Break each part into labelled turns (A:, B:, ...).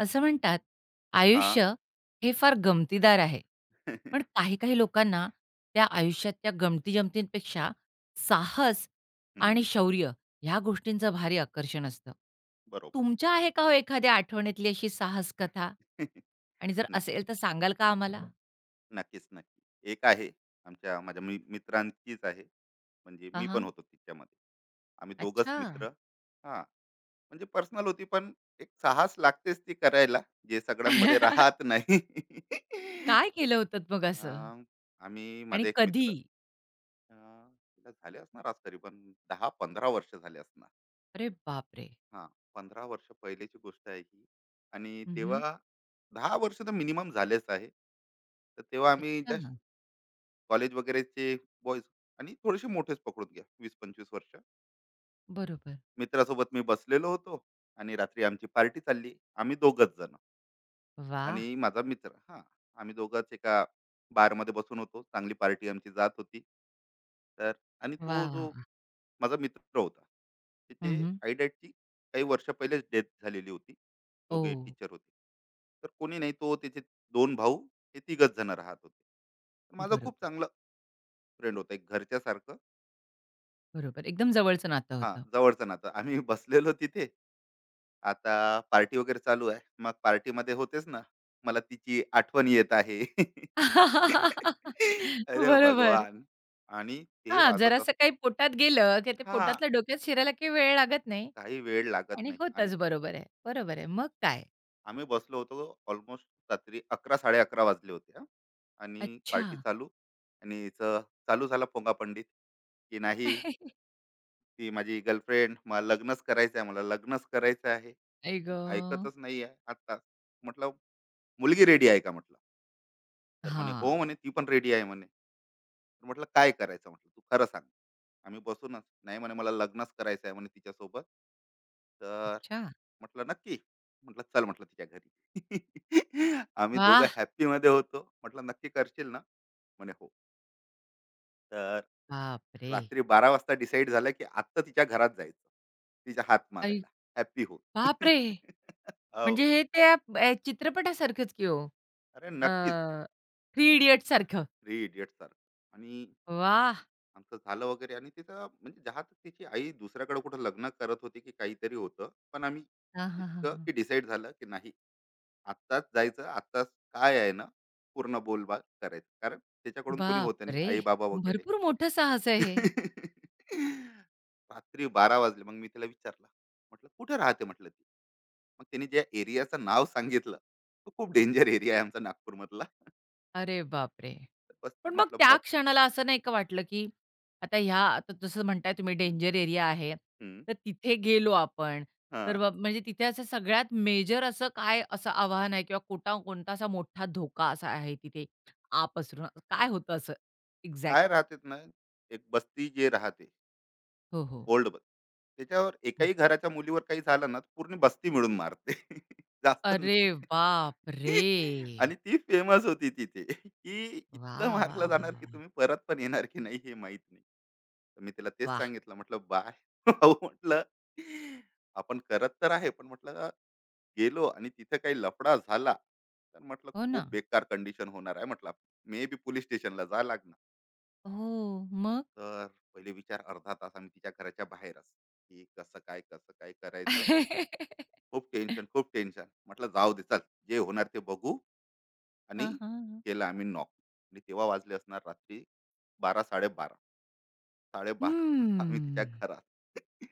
A: असं म्हणतात,
B: हां.
A: आयुष्य हे फार गमतीदार आहे. पण काही-काही लोकांना त्या आयुष्यातल्या गमती-जमतींपेक्षा साहस आणि
B: हं.
A: शौर्य ह्या गोष्टींचं भारी आकर्षण असतं.
B: बरोबर.
A: तुमच्या आहे का हो एखाद्या आठवणीतली अशी साहस कथा? आणि जर
B: नक्की,
A: असेल तर सांगाल का आम्हाला?
B: नक्कीच, नक्की. एक आहे माझ्या मित्रांचीच आहे. म्हणजे मी पण
A: हां,
B: होतो तिच्यामध्ये. आम्ही दोघंच
A: अच्छा.
B: मित्र. हां. म्हणजे पर्सनल होती पण एक साहस लागतेच ती करायला, जे सगळ्यांमध्ये राहत नाही.
A: काय केलं होतत मग
B: अ,
A: असं?
B: आम्ही माझा
A: आणि
B: एक
A: कधी?
B: मित्र. अ, तिला झाले असणार आज तरी पण 10-15 वर्ष झाले असणार.
A: अरे बापरे!
B: हां, 15 वर्ष पहिलीची गोष्ट आहे ही, आणि
A: हं,
B: तेव्हा 10 वर्ष तर मिनिमम झालेच आहे. तर तेव्हा आम्ही जस्ट
A: अच्छा.
B: कॉलेज वगैरेचे बॉयज, आणि थोडेसे मोठेच पकडून घ्या 20-25 वर्ष.
A: बरोबर.
B: मित्रासोबत मी बसलेलो होतो, आणि रात्री आमची पार्टी चालली. आम्ही दोघंच जण
A: वाह!
B: आणि माझा मित्र. हां, आम्ही दोघंच एका बारमध्ये बसून होतो. चांगली पार्टी आमची जात होती. तर आणि
A: वाह,
B: तो
A: वाह,
B: जो
A: वाह!
B: माझा मित्र होता,
A: हं,
B: त्याचे
A: हं.
B: आयडॅटची काही वर्ष पहिलेच डेथ झालेली होती. दोघे टीचर होते. तर कोणी नाही, तो त्याचे दोन भाऊ, हे तिघच जण राहत होते. तर माझा खूप
A: बरोबर,
B: चांगला फ्रेंड होता, एक घरच्यासारखं.
A: बरोबर. एकदम जवळचं नातं
B: हां,
A: होतं.
B: जवळचं नातं. आम्ही बसलेलो तिथे. आता पार्टी वगैरे चालू आहे, मग पार्टीमध्ये होतेच ना, मला तिची आठवण येत आहे. अरे
A: बरोबर.
B: भगवान! आणि ते
A: हां,
B: वाजत असत.
A: जरासं काही पोटात गेलं, की ते
B: हा,
A: पोटातलं डोक्यात शिरायला काही वेळ लागत नाही
B: काही वेळ लागत
A: आणि
B: नाही. आणि
A: होतंच. बरोबर आहे, बरोबर आहे. मग काय?
B: आम्ही बसलो होतो ऑलमोस्ट रात्री अकरा साडे अकरा वाजले होते हा. आणि
A: अच्छा.
B: पार्टी चालू. आणि हिचं चालू झाला पोंगा पंडित, की नाही, ती माझी गर्लफ्रेंड, मला लग्नच करायचं आहे, मला लग्नच करायचं आहे,
A: आई गं!
B: ऐकतच नाही आहे आता. म्हटलं, मुलगी रेडी आहे का म्हटलं. तर म्हणे हो,
A: हां.
B: म्हणे ती पण रेडी आहे म्हणे. तर म्हटलं काय करायचं, म्हटलं तू खरं सांग. आम्ही बसूनच. नाही म्हणे, मला लग्नच करायचं आहे म्हणे तिच्यासोबत. तर
A: अच्छा.
B: म्हटलं नक्की? म्हटलं चल, म्हटलं तिच्या घरी. आम्ही दोघं
A: वाह!
B: हॅप्पी मध्ये होतो. म्हटलं नक्की करशील ना? म्हणे हो. तर
A: बापरे!
B: रात्री बारा वाजता डिसाईड झालं, की आत्ता तिच्या घरात जायचं, तिचा हात
A: आई
B: मागायला, हॅप्पी होऊन.
A: बापरे! म्हणजे
B: हो,
A: हे त्या चित्रपटासारखंच की हो.
B: अरे नक्कीच.
A: थ्री इडियट्स सारखं.
B: थ्री इडियट सारखं. आणि
A: वाह!
B: आमचं झालं वगैरे, आणि तिचं म्हणजे जहात तिची आई दुसऱ्याकडे कुठं लग्न करत होती की काहीतरी होतं, पण आम्ही
A: हां, हां, हां,
B: इतकं
A: हां.
B: की डिसाईड झालं, की नाही, आत्ताच जायचं, आत्ताच. काय आहे ना, पूर्ण बोलबाग करायचं, कारण त्याच्याकडून कोणी होतं नाही,
A: बापरे!
B: आई बाबा वगैरे.
A: भरपूर मोठं साहस आहे हे.
B: रात्री बारा वाजले, मग मी तिला विचारलं, म्हटलं कुठे राहते म्हटलं ती. मग तिने ज्या एरियाचं नाव सांगितलं, तो खूप डेंजर एरिया आहे आमचा नागपूरमधला.
A: अरे
B: तर
A: बापरे!
B: बस, ती
A: पण मग
B: म्हटलं
A: त्या
B: बघ.
A: क्षणाला असं नाही का वाटलं, की आता ह्या आता जसं म्हणताय तुम्ही
B: हं,
A: डेंजर एरिया आहे,
B: हं,
A: तर तिथे गेलो आपण,
B: हा,
A: तर मग म्हणजे तिथे असं सगळ्यात मेजर असं काय असं आव्हान आहे किंवा कोटा कोणता असा मोठा धोका असा आहे तिथे आ पसरून काय होतं असं
B: काय
A: एक्झॅक्ट?
B: राहतेत ना, एक बस्ती जे राहते,
A: हो, हो.
B: ओल्ड बस्ती. त्याच्यावर
A: हं.
B: एकाही घराच्या मुलीवर काही झालं ना, तर पूर्ण बस्ती मिळून मारते. जास्त
A: अरे
B: नाही.
A: बापरे!
B: आणि ती फेमस होती तिथे, की इतकं
A: वाह! वाह!
B: मारलं
A: वाह!
B: जाणार, की
A: वाह!
B: तुम्ही परत पण येणार की नाही हे माहित नाही. तर मी तिला तेच
A: वाह!
B: सांगितलं, म्हटलं बाय. भाऊ, म्हटलं आपण करत तर आहे, पण म्हटलं गेलो आणि तिथे काही लफडा झाला, तर म्हटलं
A: हो ना.
B: खूप बेकार कंडिशन होणार आहे म्हटलं. मे बी पोलीस स्टेशनला जा लागणार.
A: हो, मग?
B: तर पहिले विचार, अर्धा तास आम्ही तिच्या घराच्या बाहेरच, की कसं काय, कसं काय करायचं. खूप टेन्शन. म्हटलं जाऊ दे, चल, जे होणार ते बघू. आणि
A: हां, हां.
B: केलं आम्ही नॉक. आणि तेव्हा वाजले असणार रात्री बारा साडेबारा. साडेबारा वाजता आम्ही तिच्या
A: हम्म.
B: घरात.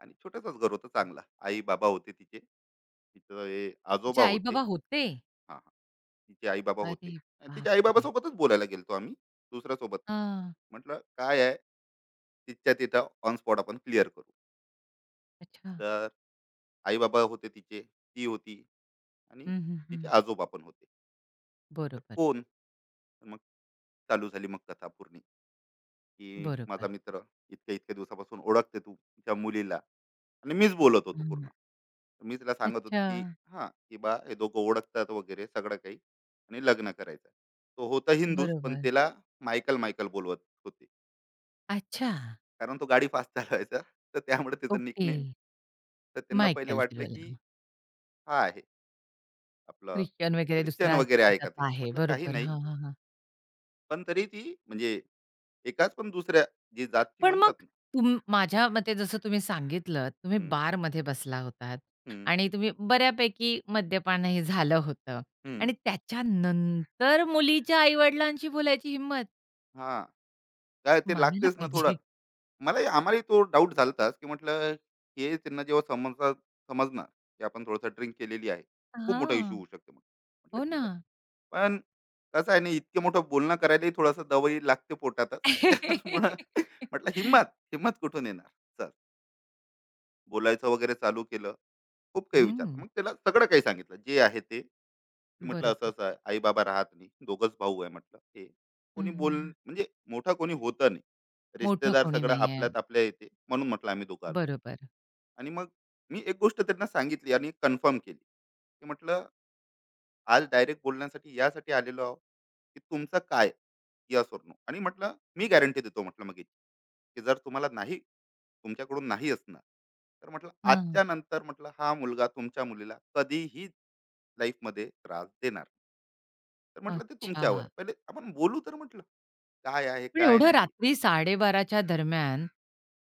B: आणि छोटंसंच घर होतं. चांगला आई बाबा होते तिचे, तिचे आजोबा
A: तिचे
B: होते,
A: आई-बाबा होते.
B: हा हा, तिचे आई बाबा
A: अरे
B: होते. आणि तिच्या आई बाबा
A: बापरे!
B: सोबतच बोलायला गेलतो आम्ही, दुसऱ्या सोबत नाही.
A: हां.
B: म्हटलं काय आहे, तिच्या तिथं ऑन स्पॉट आपण क्लिअर करू.
A: अच्छा.
B: तर आई बाबा होते तिचे, ती होती, आणि
A: हं, हं, हं.
B: तिचे आजोबा पण होते. तर
A: बरोबर,
B: कोण, तर मग चालू झाली मग कथा पूर्ण, की माझा
A: बरोबर.
B: मित्र इतक्या इतक्या दिवसापासून ओळखते तू त्या मुलीला. आणि मीच बोलत होतो
A: हं.
B: पूर्ण, तर मी तिला सांगत होतो,
A: अच्छा.
B: की हां, की बा हे दोघं ओळखतात वगैरे सगळं काही, आणि लग्न करायचं. तो होता हिंदूच, पण
A: बरोबर.
B: त्याला मायकल मायकल बोलवत होते,
A: अच्छा.
B: कारण तो गाडी फास्ट चालवायचा, तर त्यामुळे त्याचं
A: ओके.
B: निकनेम. तर त्यांना पहिले
A: मायकेल
B: वाटलं
A: सिल्वेला.
B: की हा आहे आपलं,
A: ख्रिश्चन वगैरे
B: ख्रिश्चन
A: दुसरा
B: वगैरे आहे का, ते
A: ह्याच्यातला आहे.
B: म्हटलं काही
A: बरोबर.
B: नाही.
A: हां, हां, हां.
B: पण तरी ती म्हणजे एकाच पण दुसऱ्या, जी जातची
A: पण मग
B: म्हणतात ना.
A: तुम माझ्या मते जसं तुम्ही सांगितलं, तुम्ही
B: हम्म,
A: बारमध्ये बसला होतात
B: हम्म,
A: आणि तुम्ही बऱ्यापैकी मद्यपानही झालं होतं
B: हम्म,
A: आणि त्याच्यानंतर मुलीच्या आई-वडिलांशी बोलायची हिंमत
B: हां. काय ते
A: मानायला
B: लागतेच ना थोडं.
A: पाहिजे.
B: मलाही, आम्हालाही तो डाउट झालताच, की म्हटलं हे त्यांना जेव्हा समजणार, समजणार, की आपण थोडंसं ड्रिंक केलेली आहे. खूप मोठा इश्यू
A: हां.
B: होऊ शकतो म्हणून. म्हटलं
A: हो
B: ठीक
A: ना.
B: आहे. पण कसं आहे ना, इतकं मोठं बोलणं करायलाही थोडासा दवाई लागते पोटातच. त्याचमुळं म्हटलं हिम्मत, हिम्मत कुठून येणार? चल, बोलायचं वगैरे चालू केलं. खूप काही विचारलं.
A: हं.
B: मग त्याला सगळं काही सांगितलं जे आहे ते. की म्हटलं असं
A: बरोबर.
B: असं आहे, आई बाबा राहत नाही, दोघंच भाऊ आहे, म्हटलं हे कोणी बोल,
A: हं,
B: म्हणजे मोठा कोणी होतं नाही,
A: मोठं
B: रिश्तेदार
A: कोणी
B: सगळं
A: नाहीये.
B: आपल्यात आपल्या येते, म्हणून म्हटलं आम्ही दोघं आलो.
A: बरोबर.
B: आणि मग मी एक गोष्ट त्यांना सांगितली आणि कन्फर्म केली, की म्हटलं आज डायरेक्ट बोलण्यासाठी यासाठी आलेलो आहो, की तुमचं काय, यस नो. आणि म्हटलं मी गॅरंटी देतो म्हटलं मग याची, की जर तुम्हाला नाही, तुमच्याकडून नाही असणार, तर म्हटलं
A: हां.
B: आजच्या नंतर म्हटलं हा मुलगा तुमच्या मुलीला कधीही लाईफमध्ये त्रास देणार नाही. तर म्हटलं ते
A: अच्छा.
B: तुमच्यावर आहे. पहिले आपण बोलू, तर म्हटलं काय आहे
A: पण
B: काय
A: एवढं
B: नाही.
A: रात्री 12:30 च्या दरम्यान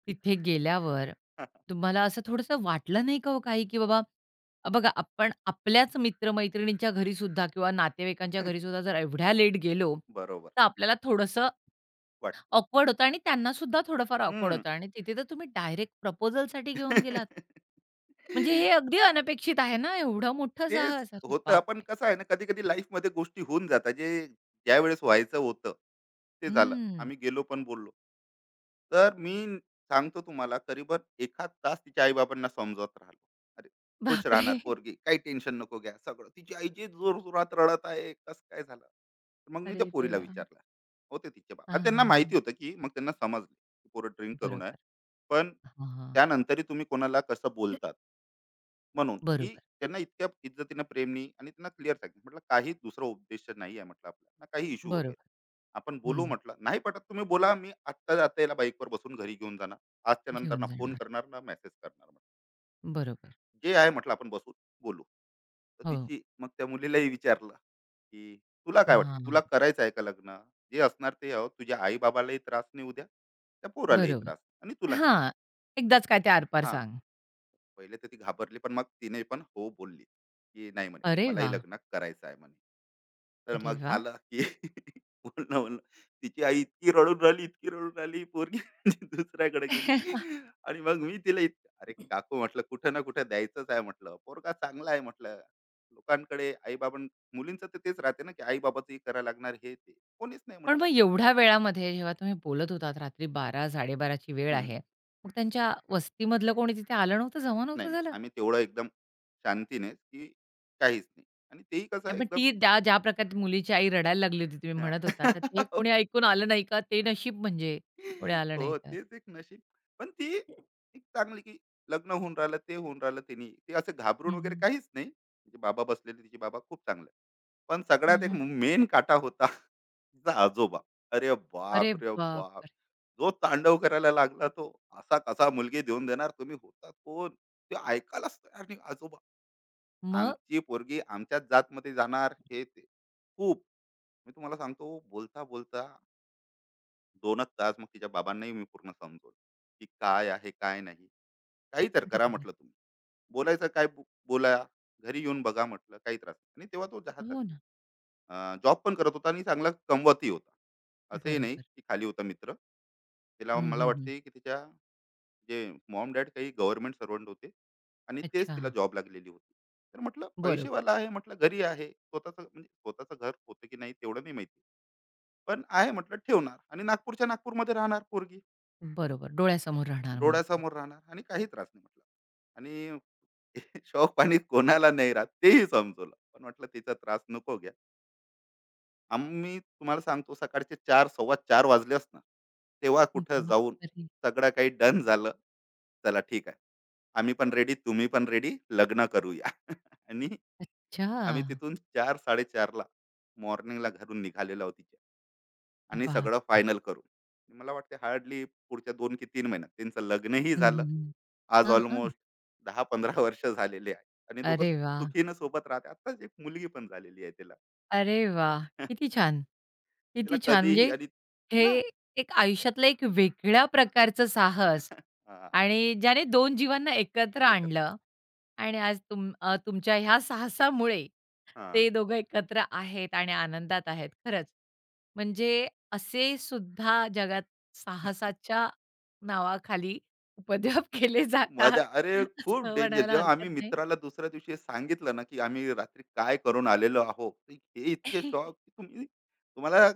A: तिथे गेल्यावर तुम्हाला असं थोडंसं वाटलं नाही का हो काही, की बाबा बघा आपण आपल्याच मित्र घरी सुद्धा किंवा नातेवाईकांच्या घरी सुद्धा जर एवढ्या लेट गेलो,
B: बरोबर.
A: तर आपल्याला थोडंसं
B: वाटत.
A: ऑकवर्ड होतं आणि त्यांना सुद्धा थोडंफार ऑकवर्ड
B: हम्म.
A: होतं आणि तिथे तर तुम्ही डायरेक्ट प्रपोजलसाठी घेऊन गेलात. म्हणजे हे अगदी अनपेक्षित आहे ना, एवढं मोठं
B: तेच
A: साहस. अरे
B: होतं, पण
A: बापरे!
B: कसं आहे ना, कधी-कधी लाईफमध्ये गोष्टी होऊन जातात, जे ज्यावेळेस व्हायचं होतं, ते झालं.
A: हं.
B: आम्ही गेलो पण बोललो. तर मी सांगतो तुम्हाला, करीबन 1 तास तिच्या आई-बाबांना समजावत राहिलो. "अरे, खुश
A: बापरे!
B: राहणार पोरगी, काही टेन्शन नको घ्या," सगळं. तिची आई जी जोरजोरात रडत आहे, "कसं काय झालं?" तर मग मी त्या
A: अरे
B: पोरीला
A: देवा!
B: विचारलं. होते तिचे बाबा,
A: हां,
B: आणि त्यांना
A: हां, हां.
B: माहिती होतं, की मग त्यांना समजलं, की पोरं ड्रिंक करू नये.
A: बरोबर.
B: पण
A: हां, हां.
B: त्यानंतरही तुम्ही कोणाला कसं बोलतात. म्हणून, की
A: बरोबर,
B: त्यांना इतक्या इज्जतीनं, प्रेमनी आणि त्यांना क्लिअर सांगितलं. म्हटलं काही दुसरा उद्देश नाही आहे म्हटलं आपला, ना काही इश्यू वगैरे.
A: बरोबर.
B: आपण
A: हं,
B: बोलू म्हटलं. नाही पटत तुम्ही बोला, मी आत्ता आता याला बाईकवर बसून घरी घेऊन जाणार. आजच्या नंतर
A: घेऊन
B: ना फोन
A: जाणार.
B: करणार, ना मेसेज करणार म्हटलं.
A: बरोबर.
B: जे आहे म्हटलं आपण बसून बोलू. तर
A: हो.
B: तिची, मग त्या मुलीलाही विचारलं, की "तुला काय वाटतं? तुला
A: हां,
B: करायचं आहे का लग्न? जे असणार ते हो. तुझ्या आई-बाबालाही त्रास नाही उद्या, त्या पोरालाही
A: बरोबर.
B: त्रास आणि तुलाही नाही."
A: हां, एकदाच काय ते आरपार
B: हां.
A: सांग.
B: पहिले तर ती घाबरली, पण मग तिने पण हो बोलली, की "नाही," म्हणे,
A: अरे
B: "मलाही
A: वाह!
B: लग्न करायचं आहे," म्हणे. तर
A: अरे
B: मग
A: वाह!
B: झालं, की बोलणं-बोलणं. तिची आई इतकी रडून राहिली, इतकी रडून राहिली, पोरगी दुसऱ्याकडे गेली. आणि मग मी तिला इत, "अरे काकू," म्हटलं, "कुठे ना कुठे द्यायचंच आहे," म्हटलं, "पोरगा चांगला आहे," म्हटलं, "लोकांकडे आई-बाबा." मुलींचं तर तेच राहते ना, की आई-बाबाचं हे लागणार, हे ते. कोणीच नाही
A: पण
B: म्हटलं.
A: मग एवढ्या वेळामध्ये जेव्हा तुम्ही बोलत होतात रात्री 12:00-12:30ची वेळ
B: "हं,
A: आहे. मग त्यांच्या वस्तीमधलं कोणी तिथे आलं नव्हतं? जमा
B: नाही,
A: नव्हतं
B: नाही."
A: झालं?
B: आम्ही तेवढं एकदम शांतीने, की काहीच नाही, आणि तेही कसं
A: नाही, पण
B: एकदम.
A: ती त्या ज्या प्रकारे मुलीची आई रडायला लागली होती, तुम्ही
B: हां.
A: म्हणत होता, तर ते कोणी ऐकून आलं नाही का? ते नशीब म्हणजे कोणी आलं नाही
B: हो,
A: तर.
B: तेच एक नशीब. पण ती एक चांगली, की लग्न होऊन राहिलं, ते होऊन राहिलं तिनी. ते असं घाबरून
A: हं,
B: वगैरे
A: हं.
B: काहीच नाही. तिचे बाबा बसलेले, तिचे बाबा खूप चांगले आहेत. पण
A: हं,
B: सगळ्यात एक
A: हं.
B: मेन काटा होता तिचा आजोबा. अरे
A: अरे
B: बाप रे बाप!
A: बापरे!
B: जो तांडव करायला लागला तो, असा कसा मुलगी देऊन देणार तुम्ही, होता कोण? ते ऐकायलाच तयार नाही आजोबा.
A: मग?
B: आमची पोरगी आमच्याच जातमध्ये जाणार, हे ते. खूप, मी तुम्हाला सांगतो, बोलता बोलता दोनच तास मग तिच्या बाबांनाही मी पूर्ण समजवलं, की काय आहे काय नाही, काही तर करा
A: बरोबर.
B: म्हटलं तुम्ही, बोलायचं काय बोला, घरी येऊन बघा म्हटलं, काही त्रास नाही. आणि तेव्हा तो जहात
A: हो ना.
B: जॉब पण करत होता आणि चांगला कमवतही होता. असंही नाही
A: बरोबर.
B: की खाली होता मित्र, तिला
A: हं,
B: मला
A: हं, हं.
B: वाटते की तिच्या जे मॉम डॅड काही गव्हर्नमेंट सर्वंट होते आणि तेच
A: अच्छा.
B: तिला जॉब लागलेली होती. तर म्हटलं
A: बरोबर,
B: पैसेवाला आहे म्हटलं, घरी आहे स्वतःचं, म्हणजे स्वतःचं घर होतं की नाही तेवढं नाही माहिती, पण आहे म्हटलं, ठेवणार आणि नागपूरच्या नागपूरमध्ये राहणार पोरगी.
A: बरोबर. डोळ्यासमोर राहणार मुलगी.
B: डोळ्यासमोर राहणार आणि काही त्रास नाही म्हटलं. आणि शौक पाणी कोणाला नाही राहत, तेही समजवलं. पण म्हटलं तिचा त्रास नको घ्या. आम्ही तुम्हाला सांगतो, सकाळचे 4 4:15 वाजलेच ना, तेव्हा कुठं जाऊन
A: बापरे!
B: सगळं काही डन झालं. चला ठीक आहे. आम्ही पण रेडी, तुम्ही पण रेडी, लग्न करूया. आणि
A: अच्छा.
B: आम्ही तिथून चार 4:30 ला मॉर्निंगला घरून निघालेलो आहोत तिच्या. आणि सगळं
A: बापरे!
B: फायनल करून. मला वाटते हार्डली पुढच्या दोन की 3 महिन्यात त्यांचं लग्नही
A: हं, हं,
B: झालं.
A: हं.
B: आज
A: हां, हां.
B: ऑलमोस्ट दहा 15 वर्ष झालेले आहे. आणि दोघं
A: अरे वाह!
B: सुखीनं सोबत राहतात. आत्ताच एक मुलगी पण झालेली आहे तिला.
A: अरे वाह! किती छान.
B: तिला
A: किती छान. म्हणजे
B: कधीही आणि हां.
A: हे एक आयुष्यातलं एक वेगळ्या प्रकारचं साहस
B: हां,
A: आणि ज्याने 2 जीवांना एकत्र
B: एकत्र.
A: आणलं आणि आज तुमच्या ह्या साहसामुळे
B: हां.
A: ते दोघं एकत्र आहेत आणि आनंदात आहेत. खरंच, म्हणजे असे सुद्धा जगात साहसाच्या नावाखाली उपद्व्याप केले जातात,
B: मजा. अरे खूप
A: असं
B: डेंजर.
A: म्हणायला
B: जेव्हा
A: हरकत
B: आम्ही
A: नाही.
B: मित्राला दुसऱ्या दिवशी सांगितलं ना, की आम्ही रात्री काय करून आलेलो आहोत. हे इतके शॉक, की तुम्ही तुम्हाला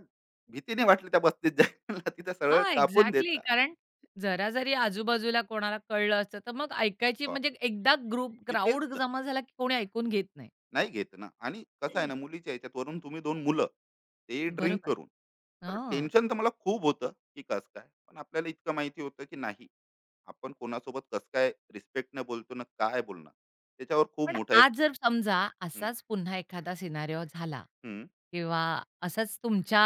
B: भीतीने वाटली त्या बस्तीत जायला, तिथं सरळ
A: हां,
B: कापून
A: एक्झॅक्टली.
B: देता.
A: कारण जरा जरी आजूबाजूला कोणाला कळलं असतं, तर मग ऐकायची
B: हां,
A: म्हणजे एकदा ग्रुप
B: मी तेच
A: क्राउड
B: ना,
A: जमा झाला, की कोणी ऐकून घेत नाही.
B: नाही घेत ना. आणि कसं आहे ना, मुलीच्या ह्याच्यात वरून तुम्ही 2 मुलं, ते ड्रिंक
A: बरोबर.
B: करून. तर
A: हां.
B: टेन्शन तर मला खूप होतं, की कसं काय? पण आपल्याला इतकं माहिती होतं, की नाही, आपण कोणासोबत कसं काय रिस्पेक्टने बोलतो ना, काय बोलणार? त्याच्यावर खूप
A: पण
B: मोठा एक.
A: आज जर समजा
B: हं,
A: असाच पुन्हा एखादा सिनारिओ झाला
B: हं.
A: किंवा असंच तुमच्या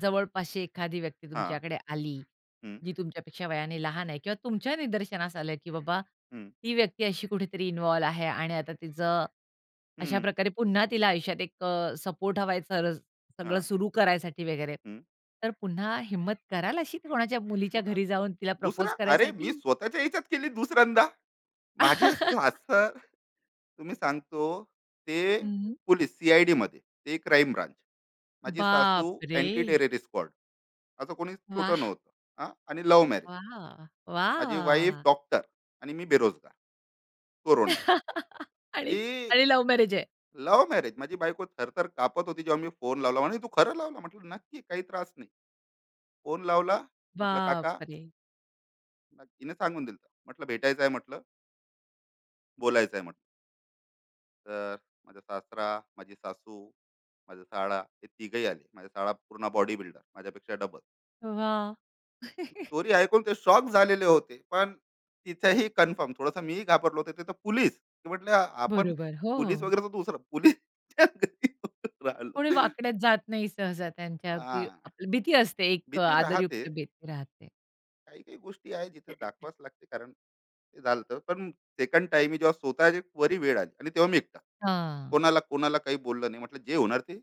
A: जवळपासची एखादी व्यक्ती
B: हां.
A: तुमच्याकडे आली,
B: हं,
A: जी तुमच्यापेक्षा वयाने लहान आहे किंवा तुमच्या निदर्शनास आलं, की बाबा
B: हं,
A: ही व्यक्ती अशी कुठेतरी इन्व्हॉल्व आहे आणि आता तिचं अशा
B: हं,
A: प्रकारे पुन्हा तिला आयुष्यात एक सपोर्ट हवा सर सगळं
B: हां,
A: सुरू करायसाठी वगैरे.
B: हं.
A: तर पुन्हा हिम्मत कराल अशी कोणाच्या मुलीच्या
B: पुन्हा,
A: घरी जाऊन तिला
B: दुसरा,
A: प्रपोज
B: अरे मी
A: करायसाठी?
B: स्वतःच्या ह्याच्यात केली दुसऱ्यांदा. माझे सासर, तुम्ही सांगतो ते,
A: हं.
B: पोलीस, सी आय, ते क्राईम ब्रांच. माझी सासू
A: बापरे!
B: Anti terrorist squad. असं कोणी छोटं
A: वाह!
B: नव्हतं. हां, आणि लव्ह मॅरेज.
A: वाह!
B: माझी वाईफ
A: वाह!
B: डॉक्टर आणि मी बेरोजगार. कोरोना.
A: आणि
B: ही
A: आणि लव्ह मॅरेज आहे.
B: Love marriage. माझी बायको थरथर कापत होती जेव्हा मी फोन लावला. म्हणे, "तू खरं लावला?" म्हटलं, "नक्की, काही त्रास नाही." फोन लावला. म्हटलं, "काका."
A: बापरे!
B: हिने सांगून दिलं. म्हटलं, "भेटायचं आहे" म्हटलं. बोलायचं आहे म्हटलं. तर माझा सासरा, माझी सासू, माझा साळा, हे तिघही आले. माझा साळा पूर्ण बॉडी बिल्डर, माझ्यापेक्षा डबल.
A: वाह!
B: स्टोरी ऐकून ते शॉक झालेले होते. पण तिथेही कन्फर्म, थोडंसं मीही घाबरलो होतो तिथं, पोलीस, ते म्हटलं आपण
A: बरोबर. हो.
B: पोलीस वगैरे तर दुसरं. पोलीस
A: कोणी
B: राहिलो.
A: वाकड्यात जात नाही सहसा त्यांच्या
B: हा,
A: की आपली भीती असते एक
B: भीती राहते.
A: आदरयुक्त भीती राहते.
B: काही काही गोष्टी आहे जिथे दाखवाच लागते, कारण ते झालं होतं. पण सेकंड टाईम मी जेव्हा स्वतःच्या वरी वेळ आली, आणि तेव्हा मी एकटा.
A: हां.
B: कोणाला कोणाला काही बोललं नाही. म्हटलं जे होणार ते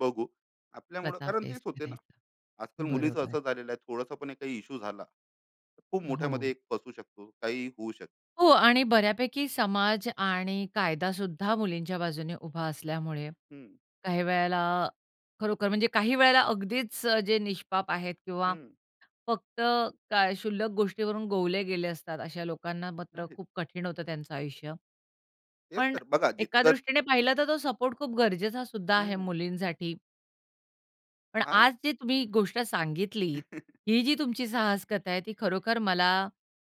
B: बघू. आपल्यामुळं,
A: स्वतः
B: कारण
A: फेस
B: तेच होते ना.
A: करायचं.
B: आजकाल मुलीचं
A: बरोबर.
B: असं झालेलं आहे, थोडासा पण एक काही इश्यू झाला, तर खूप
A: हो.
B: मोठ्यामध्ये एक फसू शकतो. काही होऊ शकतं.
A: हो आणि बऱ्यापैकी समाज आणि कायदासुद्धा मुलींच्या बाजूने उभा असल्यामुळे
B: हं,
A: काही वेळेला खरोखर म्हणजे काही वेळेला अगदीच जे निष्पाप आहेत किंवा
B: हं.
A: फक्त काय शुल्लक गोष्टीवरून गोवले गेले असतात. अशा लोकांना मात्र
B: आहे.
A: खूप कठीण होतं त्यांचं आयुष्य.
B: तेच
A: पण
B: तर बघा
A: एका
B: जितकं.
A: दृष्टीने पाहिलं तर तो सपोर्ट खूप गरजेचा सुद्धा आहे
B: हं.
A: मुलींसाठी. पण
B: आहे.
A: आज जी तुम्ही गोष्ट सांगितलीत, ही जी तुमची साहस कथा आहे, ती खरोखर मला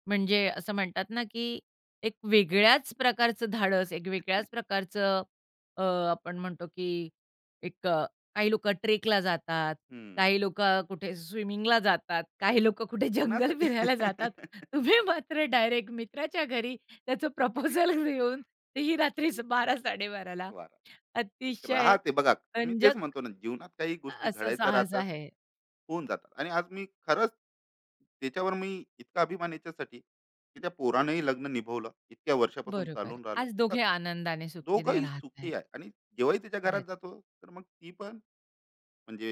A: म्हणजे असं म्हणतात ना, की एक वेगळ्याच प्रकारचं धाडस, एक वेगळ्याच प्रकारचं अ, आपण म्हणतो, की एक अ, काही लोकं ट्रेकला जातात,
B: हं.
A: काही लोकं कुठे स्विमिंगला जातात, काही लोकं कुठे जंगल
B: कोणासाठी?
A: फिरायला जातात. तुम्ही मात्र डायरेक्ट मित्राच्या घरी त्याचं प्रपोजल घेऊन ही रात्री 12:00-12:30ला
B: वाह! एक
A: अतिशय
B: राहते बघा, तुम्ही तेच
A: रंजक
B: म्हणतो ना, जीवनात काही गोष्टी
A: असं
B: घडायच्या
A: साहस
B: राहतात,
A: आहे.
B: होऊन जातात. आणि आज मी खरंच त्याच्यावर मी इतका अभिमान याच्यासाठी, की त्या पोरानंही लग्न निभवलं, इतक्या वर्षापासून
A: बरोबर.
B: चालून राहिलं.
A: आज
B: तर
A: दोघे आनंदाने सुखी ते
B: दोघंही
A: राहतायत.
B: सुखी आहे, आणि जेव्हाही त्याच्या घरात
A: खरंच.
B: जातो, तर मग ती पण म्हणजे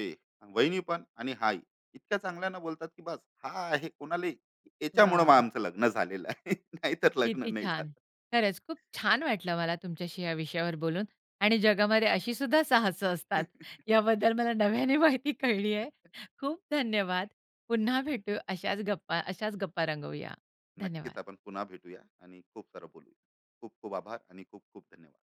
B: वहिनी पण, आणि हाई इतक्या चांगल्यानं बोलतात, की बस हा आहे कोणाला. याच्यामुळं मग
A: वाह!
B: आमचं लग्न झालेलं आहे, नाहीतर लग्न
A: किती
B: नाही
A: छान.
B: झालं.
A: खरंच खूप छान वाटलं मला तुमच्याशी या विषयावर बोलून आणि जगामध्ये अशी सुद्धा साहसं असतात, याबद्दल मला नव्याने माहिती कळली आहे. खूप धन्यवाद. पुन्हा भेटू अशाच गप्पा रंगवूया.
B: नक्कीच,
A: धन्यवाद.
B: आपण पुन्हा भेटूया आणि खूप सारं बोलूया. खूप खूप आभार आणि खूप खूप धन्यवाद.